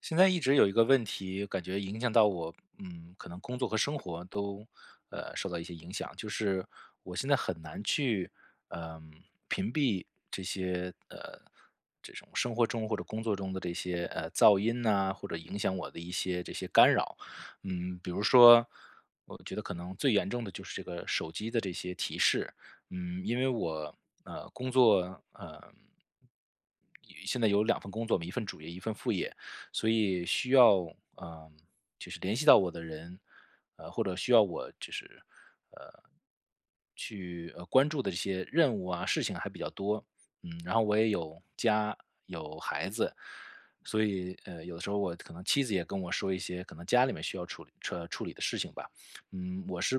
现在一直有一个问题，感觉影响到我，可能工作和生活都，受到一些影响。就是我现在很难去，嗯、屏蔽这些，这种生活中或者工作中的这些，噪音呐、或者影响我的一些这些干扰。比如说，我觉得可能最严重的就是这个手机的这些提示。因为我，工作。现在有两份工作嘛，一份主业，一份副业。所以需要嗯、呃就是联系到我的人，或者需要我就是呃去关注的这些任务啊事情还比较多。然后我也有家，有孩子，所以有的时候我可能妻子也跟我说一些可能家里面需要处理处理的事情吧。嗯，我是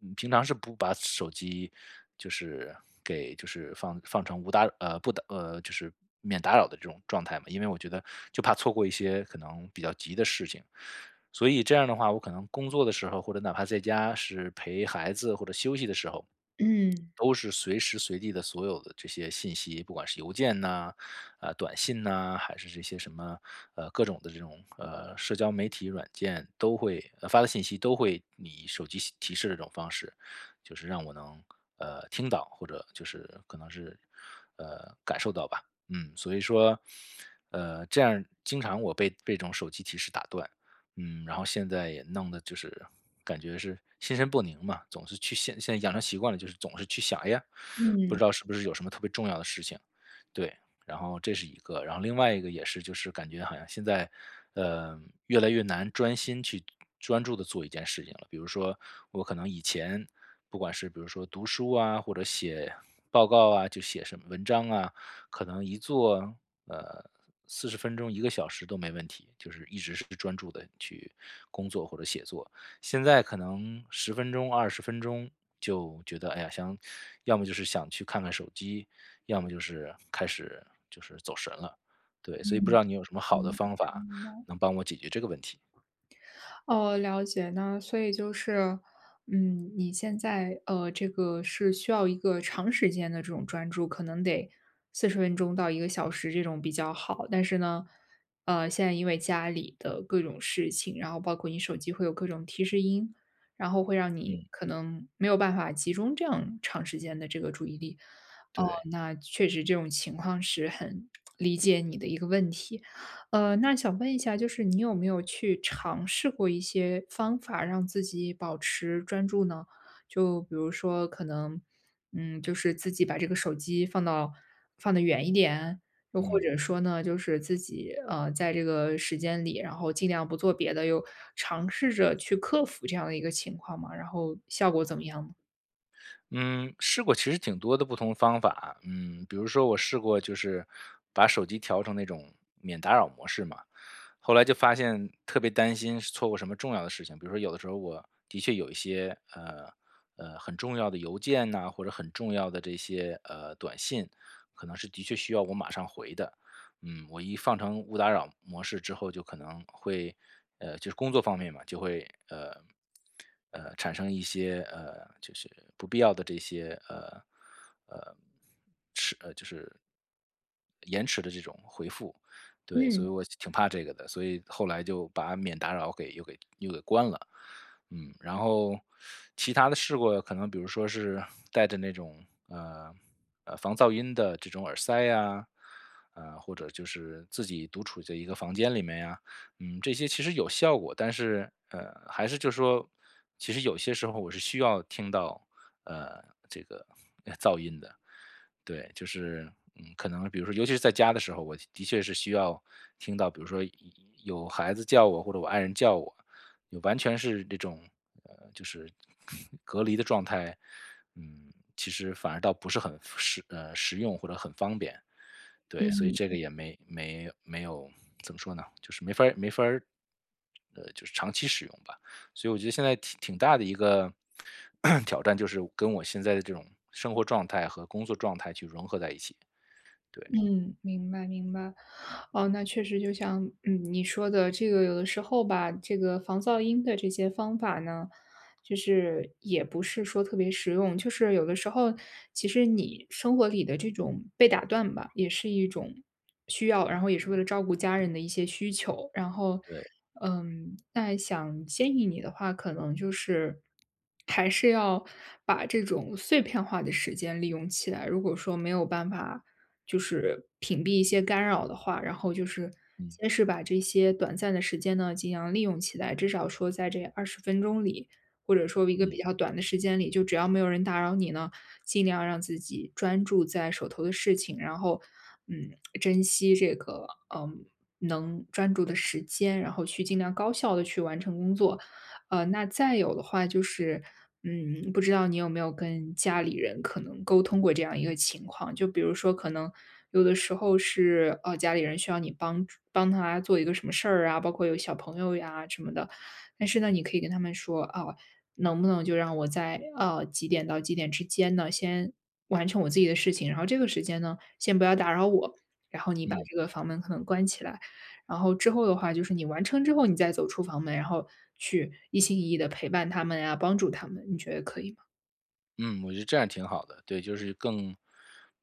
嗯平常是不把手机就是给就是放成无打呃不打呃就是免打扰的这种状态嘛，因为我觉得就怕错过一些可能比较急的事情，所以这样的话，我可能工作的时候或者哪怕在家是陪孩子或者休息的时候，嗯，都是随时随地的所有的这些信息，不管是邮件呐、短信呐、还是这些什么各种的这种社交媒体软件都会、发的信息都会以手机信提示的这种方式，就是让我能听到或者就是可能是感受到吧。所以说这样经常我被这种手机提示打断。然后现在也弄得就是感觉是心神不宁嘛，总是去现在养成习惯了，就是总是去想，哎呀，不嗯，知道是不是有什么特别重要的事情。对。然后这是一个，然后另外一个也是就是感觉好像现在，呃，越来越难专心去专注的做一件事情了。比如说我可能以前不管是比如说读书啊，或者写报告啊，就写什么文章啊，可能一做，呃40分钟、1个小时都没问题，就是一直是专注的去工作或者写作。现在可能十分钟、20分钟就觉得，哎呀，想要么就是想去看看手机，要么就是开始就是走神了。对，所以不知嗯，道你有什么好的嗯，方法明白。能帮我解决这个问题？哦，了解。那所以就是，你现在，这个是需要一个长时间的这种专注，可能得40分钟到1个小时这种比较好。但是呢，现在因为家里的各种事情，然后包括你手机会有各种提示音，然后会让你嗯。可能没有办法集中这样长时间的这个注意力。哦，对。那确实这种情况是很理解你的一个问题。那想问一下，就是你有没有去尝试过一些方法让自己保持专注呢？就比如说，可能，就是自己把这个手机放到放得远一点，又或嗯。者说呢，就是自己在这个时间里，然后尽量不做别的，又尝试着去克服这样的一个情况嘛，然后效果怎么样呢？嗯，试过其实挺多的不同方法,比如说我试过就是把手机调成那种免打扰模式嘛，后来就发现特别担心是错过什么重要的事情，比如说有的时候我的确有一些很重要的邮件呐、或者很重要的这些短信，可能是的确需要我马上回的。我一放成勿打扰模式之后，就可能会就是工作方面嘛，就会产生一些就是不必要的这些呃呃迟呃就是延迟的这种回复。对，所嗯以我挺怕这个的，所以后来就把免打扰给又给关了。然后其他的试过，可能比如说是带着那种防噪音的这种耳塞呀、或者就是自己独处在一个房间里面呀,这些其实有效果，但是还是就说，其实有些时候我是需要听到呃这个噪音的。对，就是,可能比如说，尤其是在家的时候，我的确是需要听到，比如说有孩子叫我，或者我爱人叫我，有完全是这种,就是 隔离的状态，嗯，其实反而倒不是很实用或者很方便。对，所以嗯，这个也没有怎么说呢，就是没法儿就是长期使用吧。所以我觉得现在挺大的一个 挑战，就是跟我现在的这种生活状态和工作状态去融合在一起。对嗯，明白明白。哦，那确实就像，你说的这个有的时候吧，这个防噪音的这些方法呢，就是也不是说特别实用。就是有的时候，其实你生活里的这种被打断吧，也是一种需要，然后也是为了照顾家人的一些需求。然后，对。那想建议你的话，可能就是还是要把这种碎片化的时间利用起来。如果说没有办法就是屏蔽一些干扰的话，然后就是嗯先是把这些短暂的时间呢，尽量利用起来，至少说在这20分钟里，或者说一个比嗯较短的时间里，就只要没有人打扰你呢，尽量让自己专注在手头的事情，然后，嗯，珍惜这个，嗯，能专注的时间，然后去尽量高效的去完成工作。那再有的话就是不知道你有没有跟家里人可能沟通过这样一个情况？就比如说，可能有的时候是，家里人需要你帮助帮他做一个什么事儿啊，包括有小朋友呀什么的，但是呢，你可以跟他们说，啊，能不能就让我在几点到几点之间呢，先完成我自己的事情，然后这个时间呢，先不要打扰我，然后你把嗯。这个房门可能关起来。然后之后的话，就是你完成之后，你再走出房门，然后去一心一意的陪伴他们呀，帮助他们，你觉得可以吗？嗯，我觉得这样挺好的。对，就是更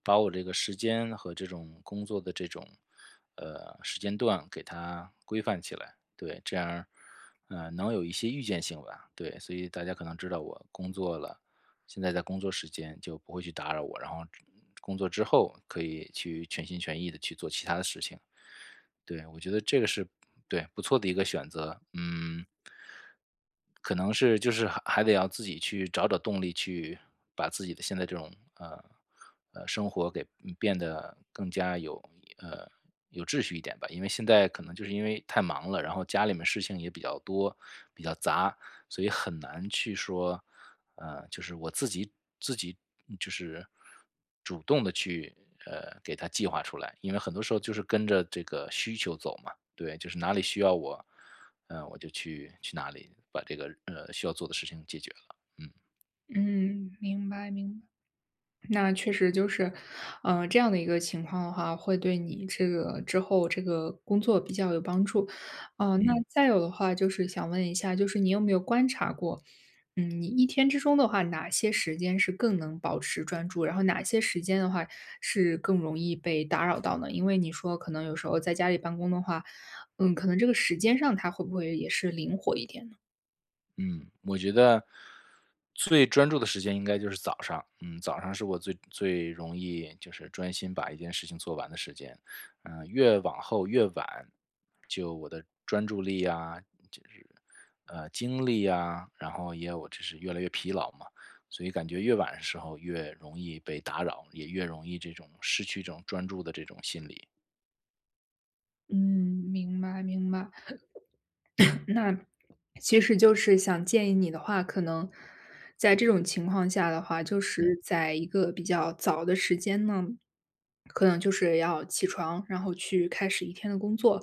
把我这个时间和这种工作的这种,时间段给它规范起来。对，这样能有一些预见性吧。对，所以大家可能知道我工作了，现在在工作时间就不会去打扰我，然后工作之后可以去全心全意的去做其他的事情。对，我觉得这个是，对，不错的一个选择。嗯，可能是就是还得要自己去找找动力，去把自己的现在这种生活给变得更加呃有秩序一点吧。因为现在可能就是因为太忙了，然后家里面事情也比较多，比较杂，所以很难去说,就是我自己就是主动的去给它计划出来，因为很多时候就是跟着这个需求走嘛，对，就是哪里需要我,我就去哪里把这个需要做的事情解决了。嗯嗯，明白明白。那确实就是，这样的一个情况的话，会对你这个之后这个工作比较有帮助。那嗯。再有的话就是想问一下，就是你有没有观察过，你一天之中的话，哪些时间是更能保持专注，然后哪些时间的话是更容易被打扰到呢？因为你说可能有时候在家里办公的话，可能这个时间上它会不会也是灵活一点呢？嗯，我觉得最专注的时间应该就是早上。嗯，早上是我最最容易就是专心把一件事情做完的时间。越往后越晚，就我的专注力啊，就是精力啊，然后也有就是越来越疲劳嘛。所以感觉越晚的时候越容易被打扰，也越容易这种失去这种专注的这种心理。嗯，明白明白。那其实就是想建议你的话，可能在这种情况下的话，就嗯是在一个比较早的时间呢，可能就是要起床，然后去开始一天的工作。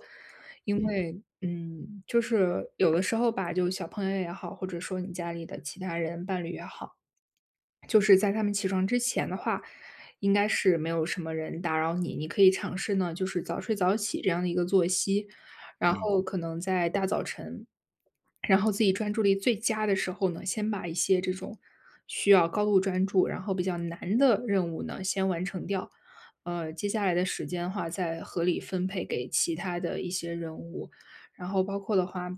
因嗯为，就是有的时候吧，就小朋友也好，或者说你家里的其他人、伴侣也好，就是在他们起床之前的话，应该是没有什么人打扰你，你可以尝试呢，就是早睡早起这样的一个作息。然嗯后可能在大早晨，然后自己专注力最佳的时候呢，先把一些这种需要高度专注，然后比较难的任务呢，先完成掉。接下来的时间的话，再合理分配给其他的一些任务。然后包括的话，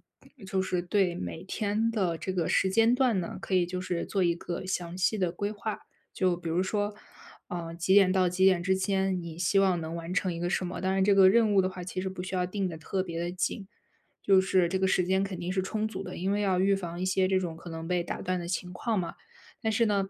就是对每天的这个时间段呢，可以就是做一个详细的规划。就比如说，几点到几点之间，你希望能完成一个什么？当然，这个任务的话，其实不需要定的特别的紧，就是这个时间肯定是充足的，因为要预防一些这种可能被打断的情况嘛。但是呢，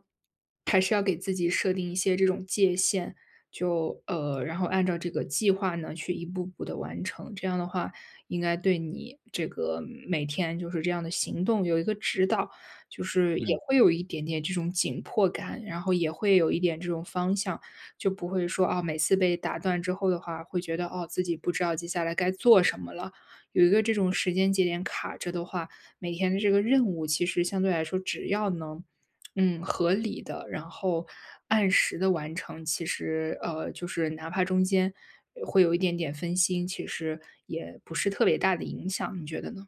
还是要给自己设定一些这种界限，就然后按照这个计划呢，去一步步的完成。这样的话，应该对你这个每天就是这样的行动有一个指导，就是也嗯。会有一点点这种紧迫感，然后也会有一点这种方向，就不会说啊，每次被打断之后的话，会觉得哦，自己不知道接下来该做什么了，有一个这种时间节点卡着的话，每天的这个任务，其实相对来说只要能，合理的，然后按时的完成，其实，就是哪怕中间会有一点点分心，其实也不是特别大的影响，你觉得呢？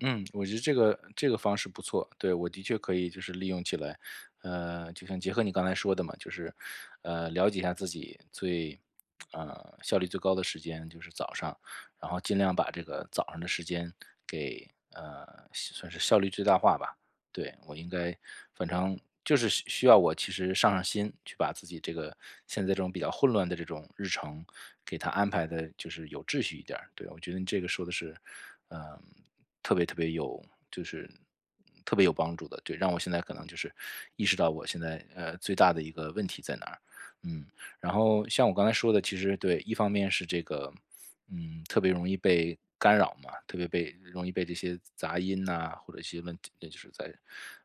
嗯，我觉得这个方式不错，对，我的确可以就是利用起来,就像结合你刚才说的嘛，就是,了解一下自己最,效率最高的时间就是早上，然后尽量把这个早上的时间给,算是效率最大化吧，对，我应该反正就是需要我其实上上心，去把自己这个现在这种比较混乱的这种日程，给它安排的就是有秩序一点儿。对，我觉得你这个说的是，嗯，特别特别就是有帮助的。对，让我现在可能就是意识到我现在,最大的一个问题在哪儿。嗯，然后像我刚才说的，其实对，一方面是这个特别容易被干扰嘛，特别被容易被这些杂音呐，或者一些问题，那就是在，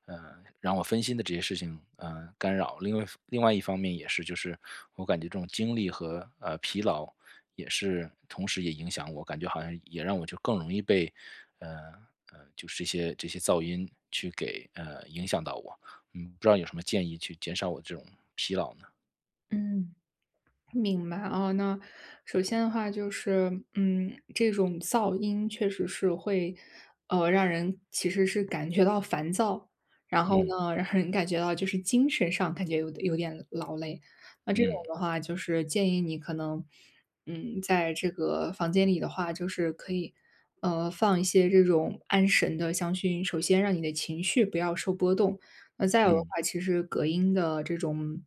呃，让我分心的这些事情,干扰。另外一方面也是，就是我感觉这种精力和疲劳也是，同时也影响我，感觉好像也让我就更容易被，呃就是这些噪音去给影响到我。不知道有什么建议去减少我这种疲劳呢？嗯。明白啊，那首先的话就是，这种噪音确实是会，让人其实是感觉到烦躁，然后呢，让人感觉到就是精神上感觉有点劳累。那这种嗯的话，就是建议你可能，在这个房间里的话，就是可以，放一些这种安神的香薰，首先让你的情绪不要受波动，那再有的嗯话，嗯其实隔音的这种，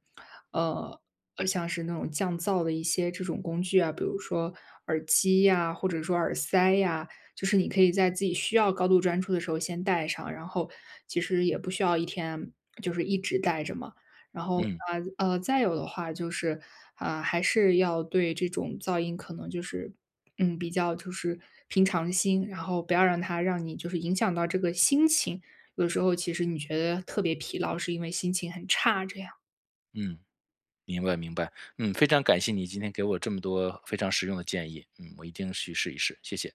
呃，像是那种降噪的一些这种工具啊，比如说耳机呀，或者说耳塞呀，就是你可以在自己需要高度专注的时候先戴上，然后其实也不需要一天就是一直戴着嘛。然后嗯嗯。啊，再有的话就是，啊，还是要对这种噪音可能就是，比较就是平常心，然后不要让它让你就是影响到这个心情。有时候其实你觉得特别疲劳，是因为心情很差这样。嗯，明白明白，非常感谢你今天给我这么多非常实用的建议,我一定去试一试，谢谢。